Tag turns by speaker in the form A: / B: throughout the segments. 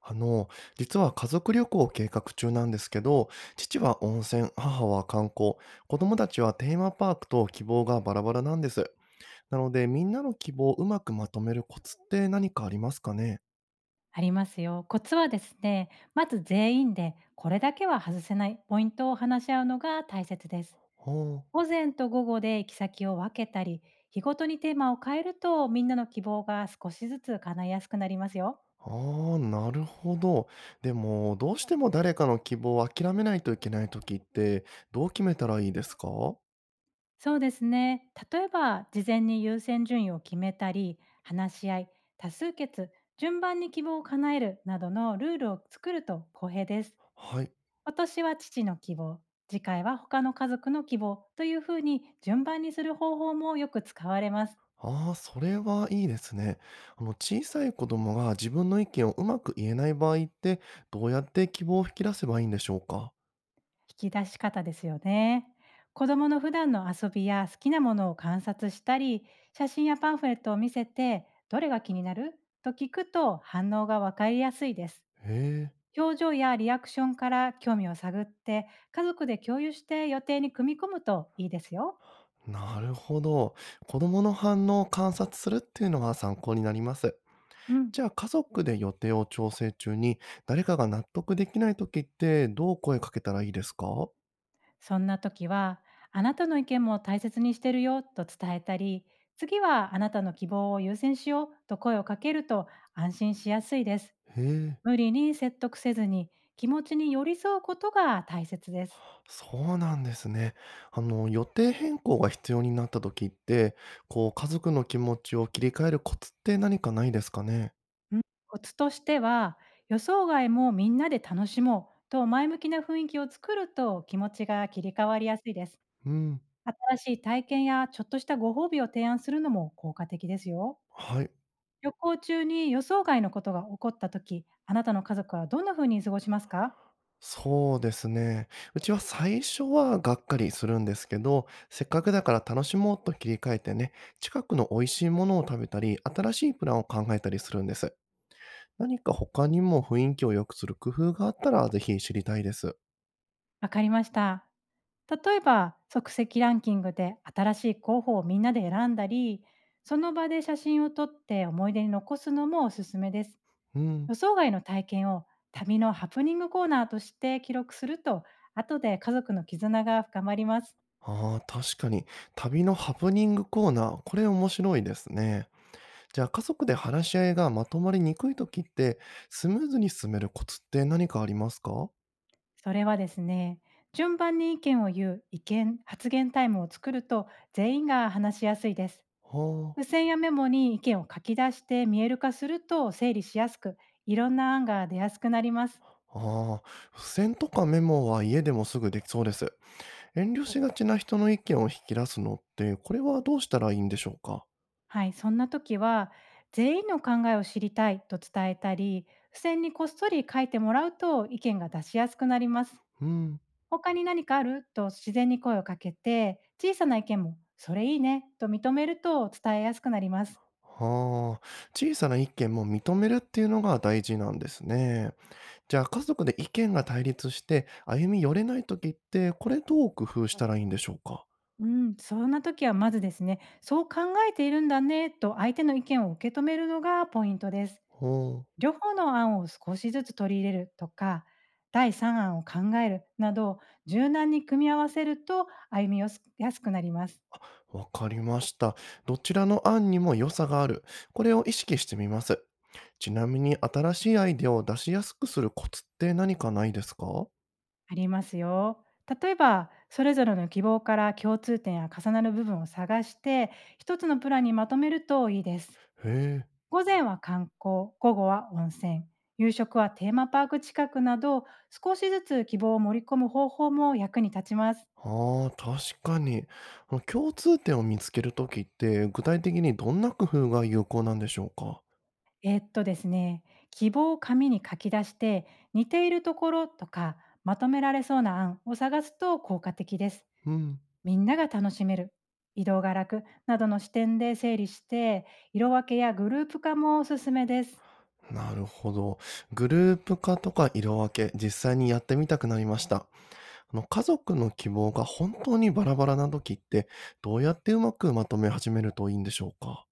A: あの、実は家族旅行を計画中なんですけど、父は温泉、母は観光、子供たちはテーマパークと希望がバラバラなんです。なので、みんなの希望をうまくまとめるコツって何かありますかね？
B: ありますよ。コツはですね、まず全員でこれだけは外せないポイントを話し合うのが大切です。
A: は
B: 午前と午後で行き先を分けたり、日ごとにテーマを変えるとみんなの希望が少しずつ叶いやすくなりますよ。
A: あ、あーなるほど。でも、どうしても誰かの希望を諦めないといけない時って、どう決めたらいいですか？は
B: そうですね。例えば事前に優先順位を決めたり、話し合い、多数決、順番に希望を叶えるなどのルールを作ると公平です。
A: い。
B: 私は父の希望、次回は他の家族の希望というふうに順番にする方法もよく使われます。
A: ああ、それはいいですね。小さい子供が自分の意見をうまく言えない場合って、どうやって希望を引き出せばいいんでしょうか？
B: 引き出し方ですよね。子供の普段の遊びや好きなものを観察したり、写真やパンフレットを見せて、どれが気になると聞くと反応がわかりやすいです。
A: へ
B: 表情やリアクションから興味を探って、家族で共有して予定に組み込むといいですよ。
A: え、なるほど。子供の反応を観察するっていうのが参考になります。
B: うん。
A: じゃあ、家族で予定を調整中に、誰かが納得できない時って、どう声かけたらいいですか？
B: そんな時は、あなたの意見も大切にしてるよと伝えたり、次はあなたの希望を優先しようと声をかけると安心しやすいです。
A: へえ。
B: 無理に説得せずに気持ちに寄り添うことが大切です。
A: そうなんですね。予定変更が必要になった時って、こう、家族の気持ちを切り替えるコツって何かないですかね？
B: うん、コツとしては、予想外もみんなで楽しもうと前向きな雰囲気を作ると気持ちが切り替わりやすいです。
A: うん。
B: 新しい体験やちょっとしたご褒美を提案するのも効果的ですよ。
A: はい。
B: 旅行中に予想外のことが起こった時、あなたの家族はどんな風に過ごしますか？
A: そうですね。うちは最初はがっかりするんですけど、せっかくだから楽しもうと切り替えてね、近くの美味しいものを食べたり、新しいプランを考えたりするんです。何か他にも雰囲気を良くする工夫があったら、ぜひ知りたいです。
B: わかりました。例えば、即席ランキングで新しい候補をみんなで選んだり、その場で写真を撮って思い出に残すのもおすすめです。
A: うん。
B: 予想外の体験を旅のハプニングコーナーとして記録すると、後で家族の絆が深まります。
A: ああ、確かに。旅のハプニングコーナー、これ面白いですね。じゃあ、家族で話し合いがまとまりにくいときって、スムーズに進めるコツって何かありますか？
B: それはですね、順番に意見を言う意見発言タイムを作ると全員が話しやすいです。
A: は
B: 付
A: あ。
B: 箋やメモに意見を書き出して見える化すると整理しやすく、いろんな案が出やすくなります。
A: ああ、付箋とかメモは家でもすぐできそうです。遠慮しがちな人の意見を引き出すのって、これはどうしたらいいんでしょうか？
B: はい、そんな時は、全員の考えを知りたいと伝えたり、付箋にこっそり書いてもらうと意見が出しやすくなります。
A: うん。
B: 他に何かあると自然に声をかけて、小さな意見も、それいいねと認めると伝えやすくなります。
A: はあ、小さな意見も認めるっていうのが大事なんですね。じゃあ、家族で意見が対立して、歩み寄れない時って、これどう工夫したらいいんでしょうか？
B: うん、そんな時はまずですね、そう考えているんだねと相手の意見を受け止めるのがポイントです。
A: ほ
B: 両方の案を少しずつ取り入れるとか、第3案を考えるなど、柔軟に組み合わせると歩みやすやすくなります。
A: う、わかりました。どちらの案にも良さがある。これを意識してみます。ちなみに新しいアイデアを出しやすくするコツって何かないですか？
B: ありますよ。例えば、それぞれの希望から共通点や重なる部分を探して、一つのプランにまとめるといいです。
A: へえ、
B: 午前は観光、午後は温泉、夕食はテーマパーク近くなど、少しずつ希望を盛り込む方法も役に立ちます。
A: ああ、確かに。共通点を見つける時って、具体的にどんな工夫が有効なんでしょうか？
B: えっとですね、希望を紙に書き出して、似ているところとか、まとめられそうな案を探すと効果的です。
A: うん、
B: みんなが楽しめる、移動が楽などの視点で整理して、色分けやグループ化もおすすめです。
A: なるほど。グループ化とか色分け、実際にやってみたくなりました。家族の希望が本当にバラバラな時って、どうやってうまくまとめ始めるといいんでしょうか？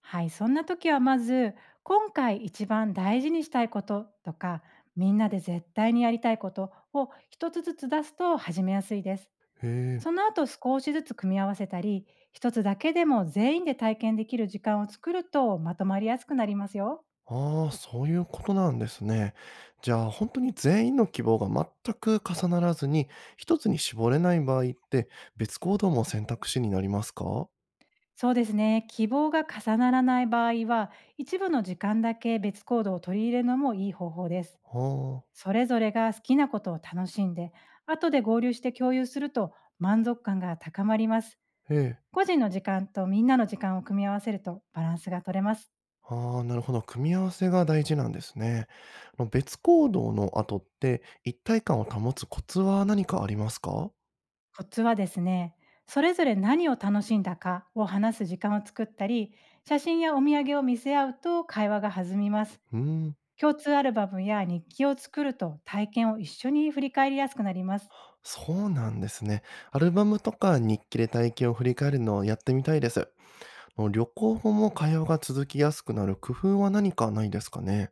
B: はい、そんな時はまず、今回一番大事にしたいこととか、みんなで絶対にやりたいことを一つずつ出すと始めやすいです。
A: へえ、
B: その後少しずつ組み合わせたり、一つだけでも全員で体験できる時間を作るとまとまりやすくなりますよ。
A: ああ、そういうことなんですね。じゃあ、本当に全員の希望が全く重ならずに、一つに絞れない場合って、別行動も選択肢になりますか？
B: そうですね。希望が重ならない場合は、一部の時間だけ別行動を取り入れるのもいい方法です。
A: ああ、
B: それぞれが好きなことを楽しんで、後で合流して共有すると満足感が高まります。
A: ええ。
B: 個人の時間とみんなの時間を組み合わせるとバランスが取れます。
A: ああ、なるほど、組み合わせが大事なんですね。別行動の後って、一体感を保つコツは何かありますか？
B: コツはですね、それぞれ何を楽しんだかを話す時間を作ったり、写真やお土産を見せ合うと会話が弾みます。
A: うーん。
B: 共通アルバムや日記を作ると体験を一緒に振り返りやすくなります。
A: そうなんですね。アルバムとか日記で体験を振り返るのをやってみたいです。もう旅行後も会話が続きやすくなる工夫は何かないですかね。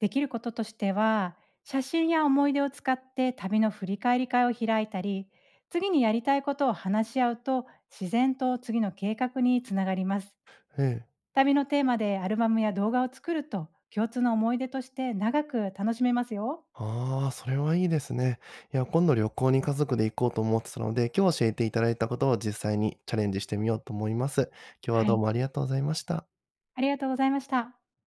B: できることとしては、写真や思い出を使って旅の振り返り会を開いたり、次にやりたいことを話し合うと自然と次の計画につながります。
A: ええ。
B: 旅のテーマでアルバムや動画を作ると共通の思い出として長く楽しめますよ。
A: ああ、それはいいですね。いや、今度旅行に家族で行こうと思ってたので、今日教えていただいたことを実際にチャレンジしてみようと思います。今日は
B: は
A: どう
B: い。
A: もありがとうございました。
B: ありがとうございました。